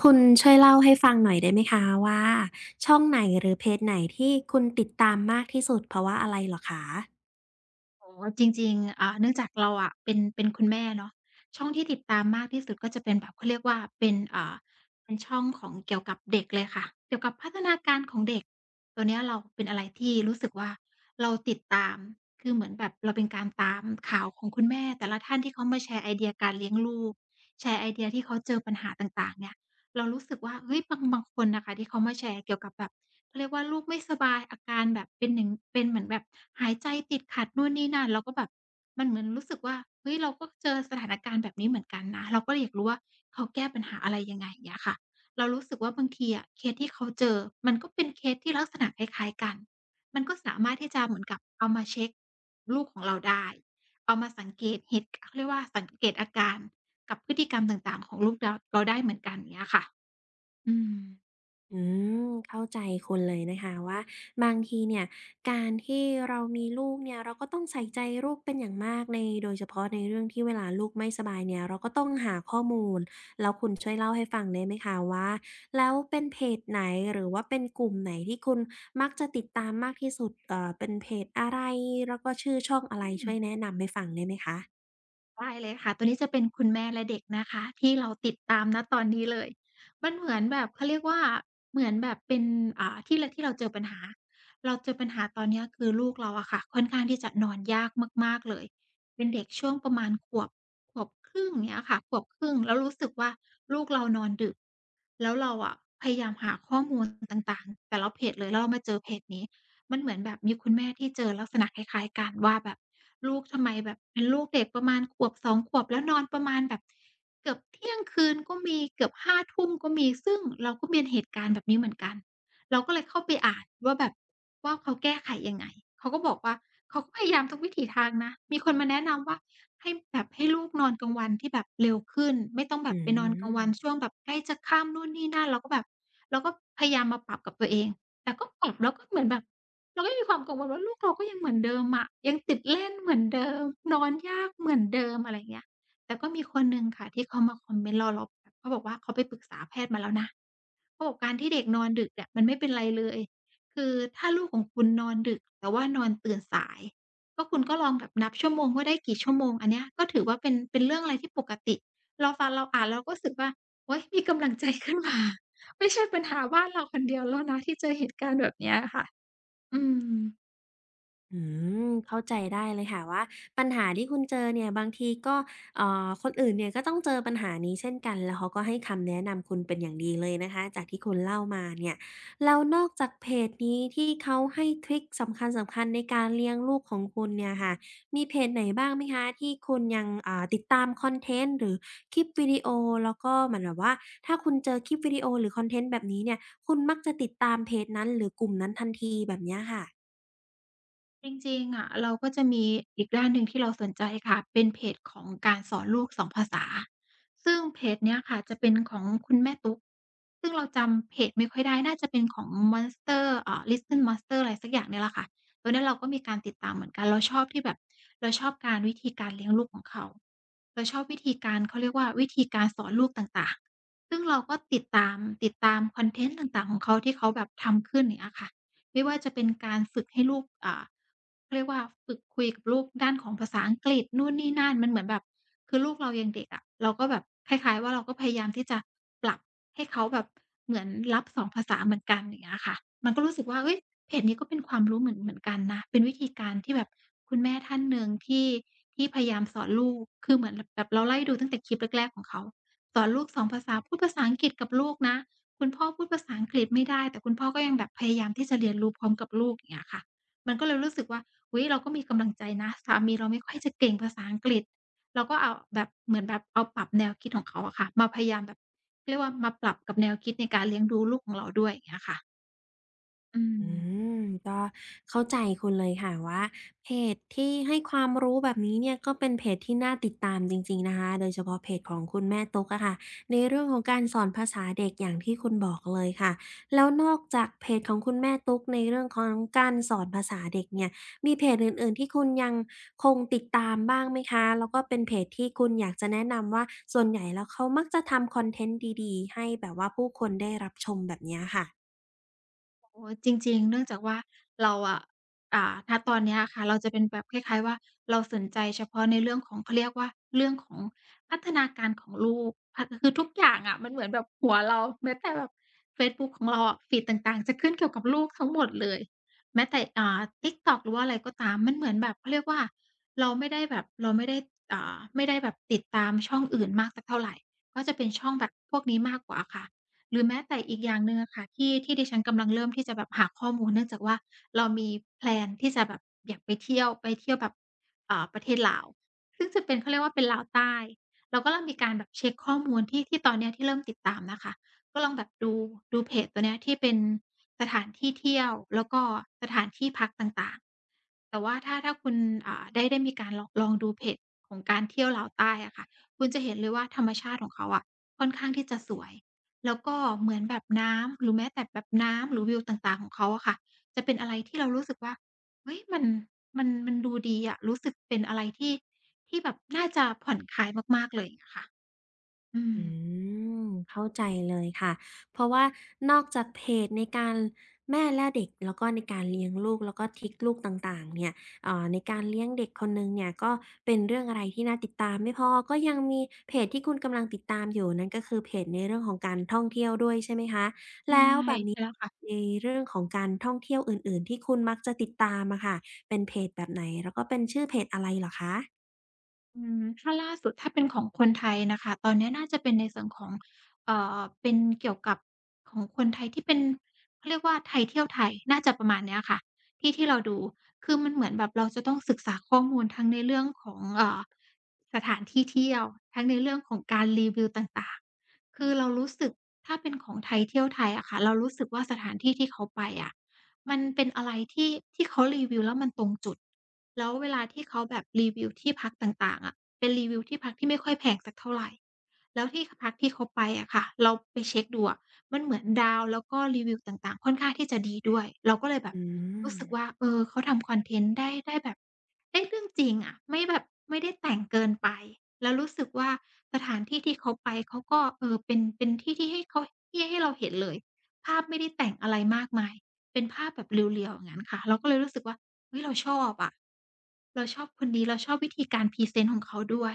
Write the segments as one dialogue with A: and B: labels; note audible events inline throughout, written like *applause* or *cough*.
A: คุณช่วยเล่าให้ฟังหน่อยได้ไหมคะว่าช่องไหนหรือเพจไหนที่คุณติดตามมากที่สุดเพราะว่าอะไรเหรอคะ
B: อ๋อจริงๆเนื่องจากเราอะเป็นคุณแม่เนาะช่องที่ติดตามมากที่สุดก็จะเป็นแบบเขาเรียกว่าเป็นเป็นช่องของเกี่ยวกับเด็กเลยค่ะเกี่ยวกับพัฒนาการของเด็กตัวเนี้ยเราเป็นอะไรที่รู้สึกว่าเราติดตามคือเหมือนแบบเราเป็นการตามข่าวของคุณแม่แต่ละท่านที่เขามาแชร์ไอเดียการเลี้ยงลูกแชร์ไอเดียที่เขาเจอปัญหาต่างๆเนี่ย เรารู้สึกว่าเฮ้ยบางคนน่ะค่ะที่เขามาแชร์เกี่ยวกับแบบเขาเรียกว่าลูกไม่สบายอาการแบบเป็นหนึ่งเป็นเหมือนแบบหายใจติดขัดนู่นนี่นั่นเราก็แบบมันเหมือนรู้สึกว่าเฮ้ยเราก็เจอสถานการณ์แบบนี้เหมือนกันนะเราก็เลยอยากรู้ว่าเขาแก้ปัญหาอะไรยังไงอย่างเงี้ยค่ะเรารู้สึกว่าบางทีอะเคสที่เขาเจอมันก็เป็นเคสที่ลักษณะคล้ายๆกันมันก็สามารถที่จะเหมือนกับเอามาเช็กลูกของเราได้เอามาสังเกตเหตุเขาเรียกว่าสังเกตอาการ กับพฤติกรรมต่างๆของลูกเราเราได้เหมือนกันเงี้ยค่ะอืม
A: อืมเข้าใจคุณเลยนะคะว่าบางทีเนี่ยการที่เรามีลูกเนี่ยเราก็ต้องใส่ใจลูกเป็นอย่างมากในโดยเฉพาะในเรื่องที่เวลาลูกไม่สบายเนี่ยเราก็ต้องหาข้อมูลแล้วคุณช่วยเล่าให้ฟังได้ไหมคะว่าแล้วเป็นเพจไหนหรือว่าเป็นกลุ่มไหนที่คุณมักจะติดตามมากที่สุดเป็นเพจอะไรแล้วก็ชื่อช่องอะไร
B: อืม
A: ช่วยแนะนำให้ฟังได้ไหมคะ
B: ได้เลยค่ะตัวนี้จะเป็นคุณแม่และเด็กนะคะที่เราติดตามณตอนนี้เลยมันเหมือนแบบเขาเรียกว่าเหมือนแบบเป็นที่เราเจอปัญหาเราเจอปัญหาตอนเนี้ยคือลูกเราอะค่ะค่อนข้างที่จะนอนยากมากๆเลยเป็นเด็กช่วงประมาณขวบครึ่งเงี้ยค่ะขวบครึ่งแล้วรู้สึกว่าลูกเรานอนดึกแล้วเราอะพยายามหาข้อมูลต่างๆแต่ละเพจเลยแล้วเรามาเจอเพจนี้ มันเหมือนแบบมีคุณแม่ที่เจอลักษณะคล้ายๆกันว่าแบบลูกทำไมแบบเป็นลูกเด็กประมาณขวบ2ขวบแล้วนอนประมาณแบบเกือบเที่ยงคืนก็มีเกือบห้าทุ่มก็มีซึ่งเราก็มีเหตุการณ์แบบนี้เหมือนกันเราก็เลยเข้าไปอ่านว่าแบบว่าเขาแก้ไขยังไงเขาก็บอกว่าเขาก็พยายามทุกวิถีทางนะมีคนมาแนะนำว่าให้แบบให้ลูกนอนกลางวันที่แบบเร็วขึ้นไม่ต้องแบ
A: อื
B: บไปนอนกลางวัน
A: ม
B: ช่วงแบบใกล้จะค่ำนู่นนี่นั่นเราก็แบบเราก็พยายามมาปรับกับตัวเองแต่ก็ปรับแล้วก็เหมือนแบบ เราก็ยังมีความกังวลว่าลูกเราก็ยังเหมือนเดิมอะยังติดเล่นเหมือนเดิมนอนยากเหมือนเดิมอะไรอย่างเงี้ยแต่ก็มีคนหนึ่งค่ะที่เขามาคอมเมนต์เราเขาบอกว่าเขาไปปรึกษาแพทย์มาแล้วนะเขาบอกการที่เด็กนอนดึกเนี่ยมันไม่เป็นไรเลยคือถ้าลูกของคุณนอนดึกแต่ว่านอนตื่นสายก็คุณก็ลองแบบนับชั่วโมงว่าได้กี่ชั่วโมงอันเนี้ยก็ถือว่าเป็นเรื่องอะไรที่ปกติเราฟังเราอ่านเราก็รู้สึกว่าโอ๊ยมีกำลังใจขึ้นมาไม่ใช่ปัญหาบ้านเราคนเดียวแล้วนะที่เจอเหตุการณ์แบบเนี้ยค่ะ อืม
A: อืมเข้าใจได้เลยค่ะว่าปัญหาที่คุณเจอเนี่ยบางทีก็คนอื่นเนี่ยก็ต้องเจอปัญหานี้เช่นกันแล้วเขาก็ให้คำแนะนำคุณเป็นอย่างดีเลยนะคะจากที่คุณเล่ามาเนี่ยแล้วนอกจากเพจนี้ที่เขาให้ทริกสำคัญๆในการเลี้ยงลูกของคุณเนี่ยค่ะมีเพจไหนบ้างไหมคะที่คุณยังติดตามคอนเทนต์หรือคลิปวิดีโอแล้วก็เหมือนแบบว่าถ้าคุณเจอคลิปวิดีโอหรือคอนเทนต์แบบนี้เนี่ยคุณมักจะติดตามเพจนั้นหรือกลุ่มนั้นทันทีแบบเนี้ยค่ะ
B: จริงๆอะเราก็จะมีอีกด้านหนึ่งที่เราสนใจค่ะเป็นเพจของการสอนลูกสองภาษาซึ่งเพจเนี้ยค่ะจะเป็นของคุณแม่ตุ๊กซึ่งเราจำเพจไม่ค่อยได้น่าจะเป็นของ Monster Listen Monster อะไรสักอย่างเนี่ยแหละค่ะตัวเนี้ยเราก็มีการติดตามเหมือนกันเราชอบที่แบบเราชอบการวิธีการเลี้ยงลูกของเขาเราชอบวิธีการเขาเรียกว่าวิธีการสอนลูกต่างๆซึ่งเราก็ติดตามคอนเทนต์ต่างๆของเขาที่เขาแบบทำขึ้นอย่างเงี้ยค่ะ ไม่ว่าจะเป็นการฝึกให้ลูกเรียกว่าฝึกคุยกับลูกด้านของภาษาอังกฤษนู่นนี่นั่นมันเหมือนแบบคือลูกเรายังเด็กอะเราก็แบบคล้ายๆว่าเราก็พยายามที่จะปรับให้เขาแบบเหมือนรับสองภาษาเหมือนกันอย่างเงี้ยค่ะมันก็รู้สึกว่าเฮ้ยเพจนี้ก็เป็นความรู้เหมือนกันนะเป็นวิธีการที่แบบคุณแม่ท่านหนึ่งที่พยายามสอนลูกคือเหมือนแบบเราไล่ดูตั้งแต่คลิปแรกๆของเขาสอนลูกสองภาษาพูดภาษาอังกฤษกับลูกนะ คุณพ่อพูดภาษาอังกฤษไม่ได้แต่คุณพ่อก็ยังแบบพยายามที่จะเรียนรู้พร้อมกับลูกอย่างเงี้ยค่ะมันก็เลยรู้สึกว่าอุ๊ยเราก็มีกำลังใจนะสามีเราไม่ค่อยจะเก่งภาษาอังกฤษเราก็เอาแบบเหมือนแบบเอาปรับแนวคิดของเขาอะค่ะมาพยายามแบบเรียกว่ามาปรับกับแนวคิดในการเลี้ยงดูลูกของเราด้วยอย่างเงี้ยค่ะอืม
A: อืมก็เข้าใจคุณเลยค่ะว่าเพจที่ให้ความรู้แบบนี้เนี่ยก็เป็นเพจที่น่าติดตามจริงๆนะคะโดยเฉพาะเพจของคุณแม่ตุ๊กอะค่ะในเรื่องของการสอนภาษาเด็กอย่างที่คุณบอกเลยค่ะแล้วนอกจากเพจของคุณแม่ตุ๊กในเรื่องของการสอนภาษาเด็กเนี่ยมีเพจอื่นๆที่คุณยังคงติดตามบ้างไหมคะแล้วก็เป็นเพจที่คุณอยากจะแนะนำว่าส่วนใหญ่แล้วเขามักจะทำคอนเทนต์ดีๆให้แบบว่าผู้คนได้รับชมแบบเนี้ยค่ะ
B: โอ้จริงๆเนื่องจากว่าเราอะณตอนเนี้ยอะค่ะเราจะเป็นแบบคล้ายๆว่าเราสนใจเฉพาะในเรื่องของเขาเรียกว่าเรื่องของพัฒนาการของลูกพคือทุกอย่างอะมันเหมือนแบบหัวเราแม้แต่แบบเฟซบุ๊กของเราอะฟีดต่างๆจะขึ้นเกี่ยวกับลูกทั้งหมดเลยแม้แต่TikTok หรือว่าอะไรก็ตามมันเหมือนแบบเขาเรียกว่าเราไม่ได้ไม่ได้แบบติดตามช่องอื่นมากสักเท่าไรก็จะเป็นช่องแบบพวกนี้มากกว่าค่ะ หรือแม้แต่อีกอย่างหนึ่งอะค่ะที่ดิฉันกำลังเริ่มที่จะแบบหาข้อมูลเนื่องจากว่าเรามีแพลนที่จะแบบอยากไปเที่ยวแบบประเทศลาวซึ่งจะเป็นเขาเรียกว่าเป็นลาวใต้เราก็เริ่มมีการแบบเช็กข้อมูลที่ตอนเนี้ยที่เริ่มติดตามนะคะก็ลองแบบดูเพจตัวเนี้ยที่เป็นสถานที่เที่ยวแล้วก็สถานที่พักต่างๆแต่ว่าถ้าคุณได้มีการลองดูเพจของการเที่ยวลาวใต้อะค่ะคุณจะเห็นเลยว่าธรรมชาติของเขาอะค่อนข้างที่จะสวย แล้วก็เหมือนแบบน้ำหรือแม้แต่แบบน้ำหรือวิวต่างๆของเขาอะค่ะจะเป็นอะไรที่เรารู้สึกว่าเฮ้ยมันมันดูดีอะรู้สึกเป็นอะไรที่ที่แบบน่าจะผ่อนคลายมากๆเลยอย่างเงี้ยค่ะอืม
A: อืมเข้าใจเลยค่ะเพราะว่านอกจากเพจในการแม่และเด็กแล้วก็ในการเลี้ยงลูกแล้วก็ทริกลูกต่างๆเนี่ยเอ่าในการเลี้ยงเด็กคนหนึ่งเนี่ยก็เป็นเรื่องอะไรที่น่าติดตามไม่พอก็ยังมีเพจที่คุณกำลังติดตามอยู่นั่นก็คือเพจในเรื่องของการท่องเที่ยวด้วยใช่ไหมคะ
B: ใช่
A: แล้วแบบนี้
B: ใช่แล้วค่ะ
A: ในเรื่องของการท่องเที่ยวอื่นๆที่คุณมักจะติดตามอะค่ะเป็นเพจแบบไหนแล้วก็เป็นชื่อเพจอะไรเหรอคะ
B: อืมถ้าล่าสุดถ้าเป็นของคนไทยน่ะค่ะตอนเนี้ยน่าจะเป็นในส่วนของเป็นเกี่ยวกับของคนไทยที่เป็นเขาเรียกว่าไทยเที่ยวไทยน่าจะประมาณเนี้ยค่ะที่เราดูคือมันเหมือนแบบเราจะต้องศึกษาข้อมูลทั้งในเรื่องของสถานที่เที่ยวทั้งในเรื่องของการรีวิวต่างๆคือเรารู้สึกถ้าเป็นของไทยเที่ยวไทยอะค่ะเรารู้สึกว่าสถานที่ที่เขาไปอะมันเป็นอะไรที่ที่เขารีวิวแล้วมันตรงจุด แล้วเวลาที่เขาแบบรีวิวที่พักต่างๆอะเป็นรีวิวที่พักที่ไม่ค่อยแพงสักเท่าไรแล้วที่พักที่เขาไปอะค่ะเราไปเช็กดูอะมันเหมือนดาวแล้วก็รีวิวต่างๆค่อนข้างที่จะดีด้วยเราก็เลยแบบ
A: อืม
B: รู้สึกว่าเออเขาทำคอนเทนต์ได้แบบได้เรื่องจริงอะไม่แบบไม่ได้แต่งเกินไปแล้วรู้สึกว่าสถานที่ที่เขาไปเขาก็เออเป็นที่ที่ให้เขาที่ให้เราเห็นเลยภาพไม่ได้แต่งอะไรมากมาย เป็นภาพแบบเรียวๆอย่างงั้นค่ะเราก็เลยรู้สึกว่าเฮ้ยเราชอบอะเราชอบคนนี้เราชอบวิธีการพรีเซนต์ของเขาด้วย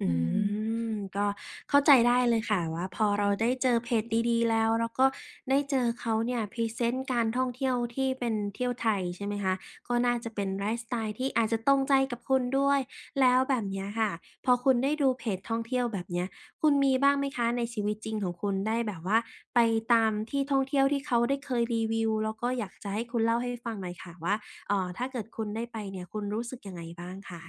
A: อื
B: อืม
A: มก็เข้าใจได้เลยค่ะว่าพอเราได้เจอเพจดีๆแล้วก็ได้เจอเขาเนี่ยพรีเซนต์การท่องเที่ยวที่เป็นเที่ยวไทยใช่ไหมคะก็น่าจะเป็นไลฟ์สไตล์ที่อาจจะตรงใจกับคุณด้วยแล้วแบบเนี้ยค่ะพอคุณได้ดูเพจท่องเที่ยวแบบเนี้ยคุณมีบ้างไหมคะในชีวิตจริงของคุณได้แบบว่าไปตามที่ท่องเที่ยวที่เขาได้เคยรีวิวแล้วก็อยากจะให้คุณเล่าให้ฟังหน่อยค่ะว่าถ้าเกิดคุณได้ไปเนี่ยคุณรู้สึกยังไงบ้างคะ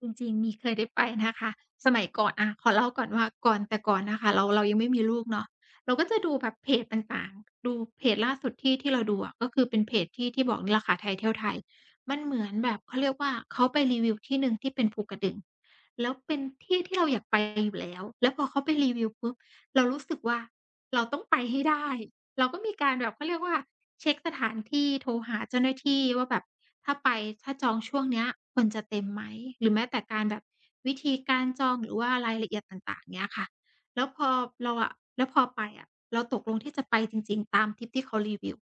B: จริงๆมีเคยได้ไปนะคะสมัยก่อนอาขอเล่าก่อนว่าก่อนแต่ก่อนน่ะค่ะเรายังไม่มีลูกเนาะเราก็จะดูแบบเพจต่างๆดูเพจล่าสุดที่เราดูอะก็คือเป็นเพจที่บอกนี่แหละค่ะไทยเที่ยวไทยมันเหมือนแบบเขาเรียกว่าเขาไปรีวิวที่หนึ่งที่เป็นภูกระดึงแล้วเป็นที่ที่เราอยากไปอยู่แล้วแล้วพอเขาไปรีวิวปุ๊บเรารู้สึกว่าเราต้องไปให้ได้ เราก็มีการแบบเขาเรียกว่าเช็กสถานที่โทรหาเจ้าหน้าที่ว่าแบบถ้าไปถ้าจองช่วงเนี้ยคนจะเต็มไหมหรือแม้แต่การแบบวิธีการจองหรือว่ารายละเอียดต่างๆเงี้ยค่ะแล้วพอเราอะแล้วพอไปอะเราตกลงที่จะไปจริงๆตามทริปที่เขารีวิว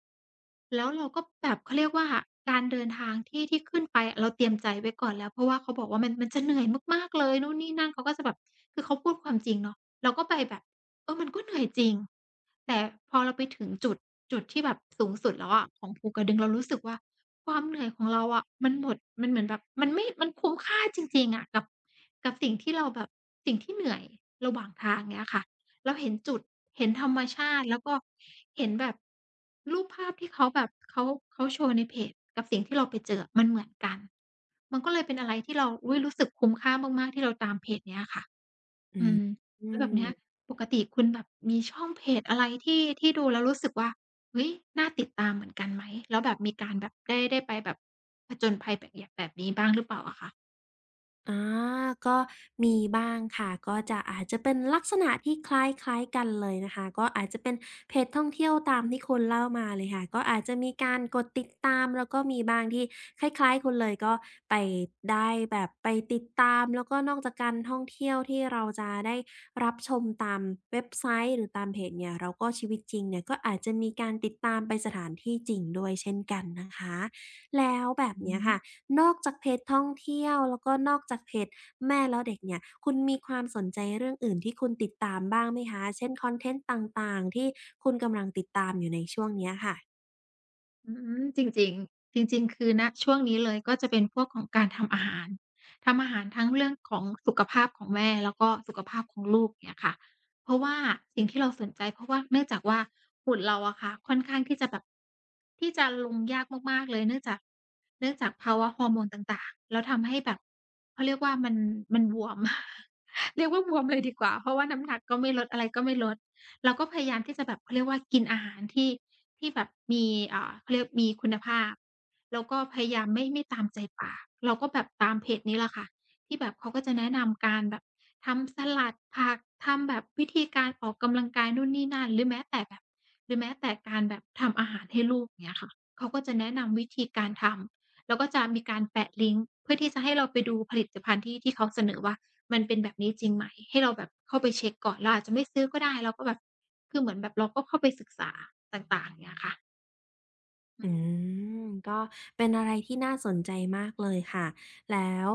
B: แล้วเราก็แบบเขาเรียกว่าการเดินทางที่ขึ้นไปอะเราเตรียมใจไว้ก่อนแล้วเพราะว่าเขาบอกว่ามันจะเหนื่อยมากๆเลยนู่นนี่นั่นเขาก็จะแบบคือเขาพูดความจริงเนาะเราก็ไปแบบ มันก็เหนื่อยจริงแต่พอเราไปถึงจุดจุดที่แบบสูงสุดแล้วอะของภูกระดึงเรารู้สึกว่าความเหนื่อยของเราอะมันหมดมันเหมือนแบบมันคุ้มค่าจริงๆอะกับกับสิ่งที่เราแบบสิ่งที่เหนื่อยระหว่างทางเงี้ยค่ะเราเห็นจุดเห็นธรรมชาติแล้วก็เห็นแบบรูปภาพที่เขาแบบเขาโชว์ในเพจกับสิ่งที่เราไปเจออะมันเหมือนกันมันก็เลยเป็นอะไรที่เราอุ๊ยรู้สึกคุ้มค่ามากๆที่เราตามเพจเนี้ยค่ะ
A: อื
B: อืมแล้วแบบเนี้ย
A: ม
B: ปกติคุณแบบมีช่องเพจอะไรที่ที่ดูแล้วรู้สึกว่าเฮ้ยน่าติดตามเหมือนกันไหมแล้วแบบมีการแบบได้ไปแบบผจญภัยแบบยแบบนี้บ้างหรือเปล่าอะคะ
A: อาก็มีบ้างค่ะก็จะอาจจะเป็นลักษณะที่คล้ายๆกันเลยนะคะก็อาจจะเป็นเพจท่องเที่ยวตามที่คุณเล่ามาเลยค่ะก็อาจจะมีการกดติดตามแล้วก็มีบ้างที่คล้ายๆคุณเลยก็ไปได้แบบไปติดตามแล้วก็นอกจากการท่องเที่ยวที่เราจะได้รับชมตามเว็บไซต์หรือตามเพจเนี่ยเราก็ชีวิตจริงเนี่ยก็อาจจะมีการติดตามไปสถานที่จริงด้วยเช่นกันนะคะ แล้วแบบ
B: อื
A: เนี้ยค่ะ
B: ม
A: นอกจากเพจท่องเที่ยวแล้วก็นอกจากเพจแม่แล้วเด็กเนี่ยคุณมีความสนใจเรื่องอื่นที่คุณติดตามบ้างไหมคะเช่นคอนเทนต์ต่างๆที่คุณกำลังติดตามอยู่ในช่วงเนี้ยค่ะ
B: อืมจริงๆจริงๆคือณช่วงนี้เลยก็จะเป็นพวกของการทำอาหารทำอาหารทั้งเรื่องของสุขภาพของแม่แล้วก็สุขภาพของลูกเงี้ยค่ะเพราะว่าสิ่งที่เราสนใจเพราะว่าเนื่องจากว่าหุ่นเราอะค่ะค่อนข้างที่จะแบบที่จะลงยากมากๆเลยเนื่องจากเนื่องจากภาวะฮอร์โมนต่างๆแล้วทำให้แบบเขาเรียกว่ามันมันบวม *laughs* เรียกว่าบวมเลยดีกว่าเพราะว่าน้ำหนักก็ไม่ลดอะไรก็ไม่ลด เราก็พยายามที่จะแบบเขาเรียกว่ากินอาหารที่ที่แบบมีเขาเรียกมีคุณภาพแล้วก็พยายามไม่ตามใจปากเราก็แบบตามเพจนี้แหละค่ะที่แบบเขาก็จะแนะนำการแบบทำสลัดผักทำแบบวิธีการออกกำลังกายนู่นนี่นั่นหรือแม้แต่แบบหรือแม้แต่การแบบทำอาหารให้ลูกอย่างเงี้ยค่ะเขาก็จะแนะนำวิธีการทำ แล้วก็จะมีการแปะลิงก์เพื่อที่จะให้เราไปดูผลิตภัณฑ์ที่ที่เขาเสนอว่ามันเป็นแบบนี้จริงไหมให้เราแบบเข้าไปเช็กก่อนเราอาจจะไม่ซื้อก็ได้เราก็แบบคือเหมือนแบบเราก็เข้าไปศึกษาต่างๆอย่างเงี้ยค่ะอื
A: อื
B: ม
A: มก็เป็นอะไรที่น่าสนใจมากเลยค่ะแล้ว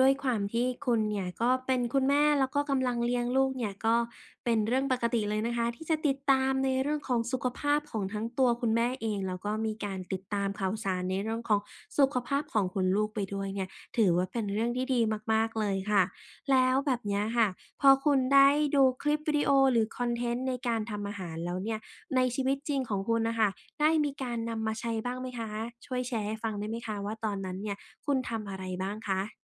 A: ด้วยความที่คุณเนี่ยก็เป็นคุณแม่แล้วก็กำลังเลี้ยงลูกเนี่ยก็เป็นเรื่องปกติเลยนะคะที่จะติดตามในเรื่องของสุขภาพของทั้งตัวคุณแม่เองแล้วก็มีการติดตามข่าวสารในเรื่องของสุขภาพของคุณลูกไปด้วยเนี่ยถือว่าเป็นเรื่องที่ดีมากๆเลยค่ะแล้วแบบเนี้ยค่ะพอคุณได้ดูคลิปวิดีโอหรือคอนเทนต์ในการทำอาหารแล้วเนี่ยในชีวิตจริงของคุณนะคะ ได้มีการนำมาใช้บ้างไหมคะ ช่วยแชร์ให้ฟังได้ไหมคะว่าตอนนั้นเนี่ยคุณทำอะไรบ้างคะ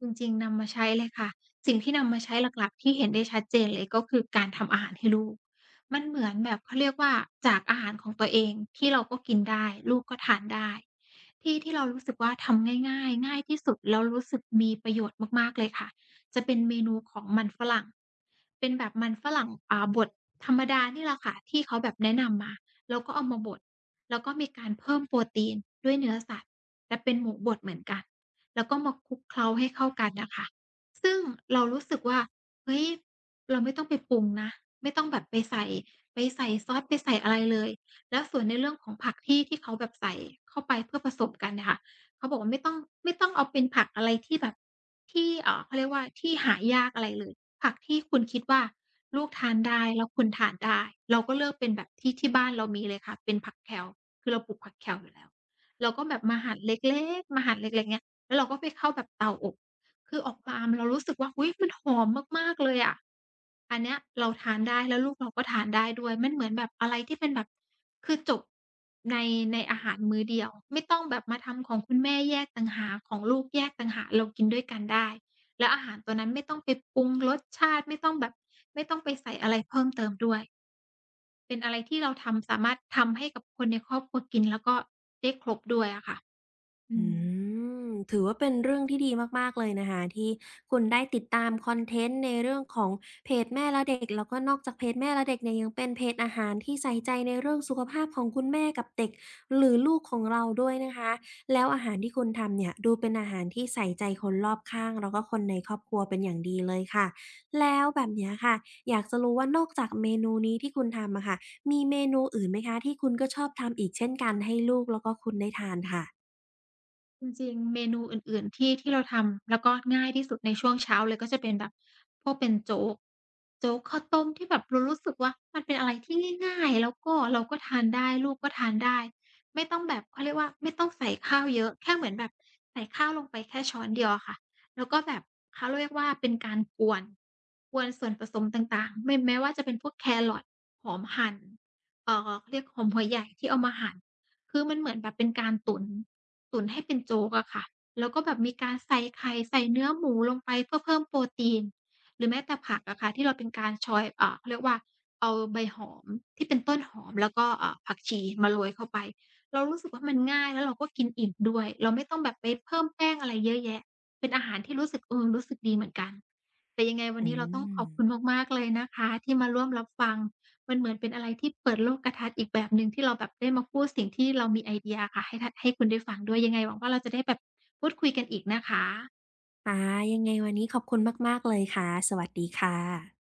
B: จริงๆนำมาใช้เลยค่ะสิ่งที่นำมาใช้หลักๆที่เห็นได้ชัดเจนเลยก็คือการทำอาหารให้ลูกมันเหมือนแบบเขาเรียกว่าจากอาหารของตัวเองที่เราก็กินได้ลูกก็ทานได้ที่ที่เรารู้สึกว่าทำง่ายๆง่ายที่สุดแล้วรู้สึกมีประโยชน์มากๆเลยค่ะจะเป็นเมนูของมันฝรั่ง เป็นแบบมันฝรั่งบดธรรมดานี่แหละค่ะที่เขาแบบแนะนำมาแล้วก็เอามาบดแล้วก็มีการเพิ่มโปรตีนด้วยเนื้อสัตว์แต่เป็นหมูบดเหมือนกันแล้วก็มาคลุกเคล้าให้เข้ากันน่ะค่ะซึ่งเรารู้สึกว่าเฮ้ยเราไม่ต้องไปปรุงนะไม่ต้องแบบไปใส่ไปใส่ซอสไปใส่อะไรเลยแล้วส่วนในเรื่องของผักที่ที่เขาแบบใส่เข้าไปเพื่อผสมกันเนี่ยค่ะเขาบอกว่าไม่ต้องเอาเป็นผักอะไรที่แบบที่เขาเรียกว่าที่หายากอะไรเลย ผักที่คุณคิดว่าลูกทานได้แล้วคุณทานได้เราก็เลือกเป็นแบบที่ที่บ้านเรามีเลยค่ะเป็นผักแคลคือเราปลูกผักแคลอยู่แล้วเราก็แบบมาหั่นเล็กๆมาหั่นเล็กๆเงี้ยแล้วเราก็ไปเข้าแบบเตาอบคือออกมาเรารู้สึกว่าอุ๊ยมันหอมมากๆเลยอะอันเนี้ยเราทานได้แล้วลูกเราก็ทานได้ด้วยมันเหมือนแบบอะไรที่เป็นแบบคือจบในในอาหารมื้อเดียวไม่ต้องแบบมาทำของคุณแม่แยกต่างหากของลูกแยกต่างหากเรากินด้วยกันได้ แล้วอาหารตัวนั้นไม่ต้องไปปรุงรสชาติไม่ต้องแบบไม่ต้องไปใส่อะไรเพิ่มเติมด้วยเป็นอะไรที่เราทำสามารถทำให้กับคนในครอบครัวกินแล้วก็ได้ครบด้วยอะค่ะอื
A: อื
B: ม
A: มถือว่าเป็นเรื่องที่ดีมากๆเลยนะคะที่คุณได้ติดตามคอนเทนต์ในเรื่องของเพจแม่และเด็กแล้วก็นอกจากเพจแม่และเด็กเนี่ยยังเป็นเพจอาหารที่ใส่ใจในเรื่องสุขภาพของคุณแม่กับเด็กหรือลูกของเราด้วยนะคะแล้วอาหารที่คุณทำเนี่ยดูเป็นอาหารที่ใส่ใจคนรอบข้างแล้วก็คนในครอบครัวเป็นอย่างดีเลยค่ะแล้วแบบเนี้ยค่ะอยากจะรู้ว่านอกจากเมนูนี้ที่คุณทำอะค่ะมีเมนูอื่นไหมคะที่คุณก็ชอบทำอีกเช่นกันให้ลูกแล้วก็คุณได้ทานค่ะ
B: จริงๆ เมนูอื่นๆที่ที่เราทำแล้วก็ง่ายที่สุดในช่วงเช้าเลยก็จะเป็นแบบพวกเป็นโจ๊กโจ๊กข้าวต้มที่แบบเรารู้สึกว่ามันเป็นอะไรที่ง่ายๆแล้วก็เราก็ทานได้ลูกก็ทานได้ไม่ต้องแบบเขาเรียกว่าไม่ต้องใส่ข้าวเยอะแค่เหมือนแบบใส่ข้าวลงไปแค่ช้อนเดียวอะค่ะแล้วก็แบบเขาเรียกว่าเป็นการกวนกวนส่วนผสมต่างๆไม่แม้ว่าจะเป็นพวกแครอทหอมหั่นเขาเรียกหอมหัวใหญ่ที่เอามาหั่นคือมันเหมือนแบบเป็นการตุ๋น ตุ๋นให้เป็นโจ๊กอะค่ะแล้วก็แบบมีการใส่ไข่ใส่เนื้อหมูลงไปเพื่อเพิ่มโปรตีนหรือแม้แต่ผักอะค่ะที่เราเป็นการชอยเขาเรียกว่าเอาใบหอมที่เป็นต้นหอมแล้วก็ผักชีมาโรยเข้าไปเรารู้สึกว่ามันง่ายแล้วเราก็กินอิ่มด้วยเราไม่ต้องแบบไปเพิ่มแป้งอะไรเยอะแยะเป็นอาหารที่รู้สึกรู้สึกดีเหมือนกันแต่ยังไงวัน
A: อื
B: นี้เราต้องข
A: ม
B: อบคุณมากๆเลยนะคะที่มาร่วมรับฟัง มันเหมือนเป็นอะไรที่เปิดโลกทัศน์อีกแบบหนึ่งที่เราแบบได้มาพูดสิ่งที่เรามีไอเดียอค่ะให้ทให้คุณได้ฟังด้วยยังไงหวังว่าเราจะได้แบบพูดคุยกันอีกนะคะ
A: ค่ะยังไงวันนี้ขอบคุณมากๆเลยค่ะสวัสดีค่ะ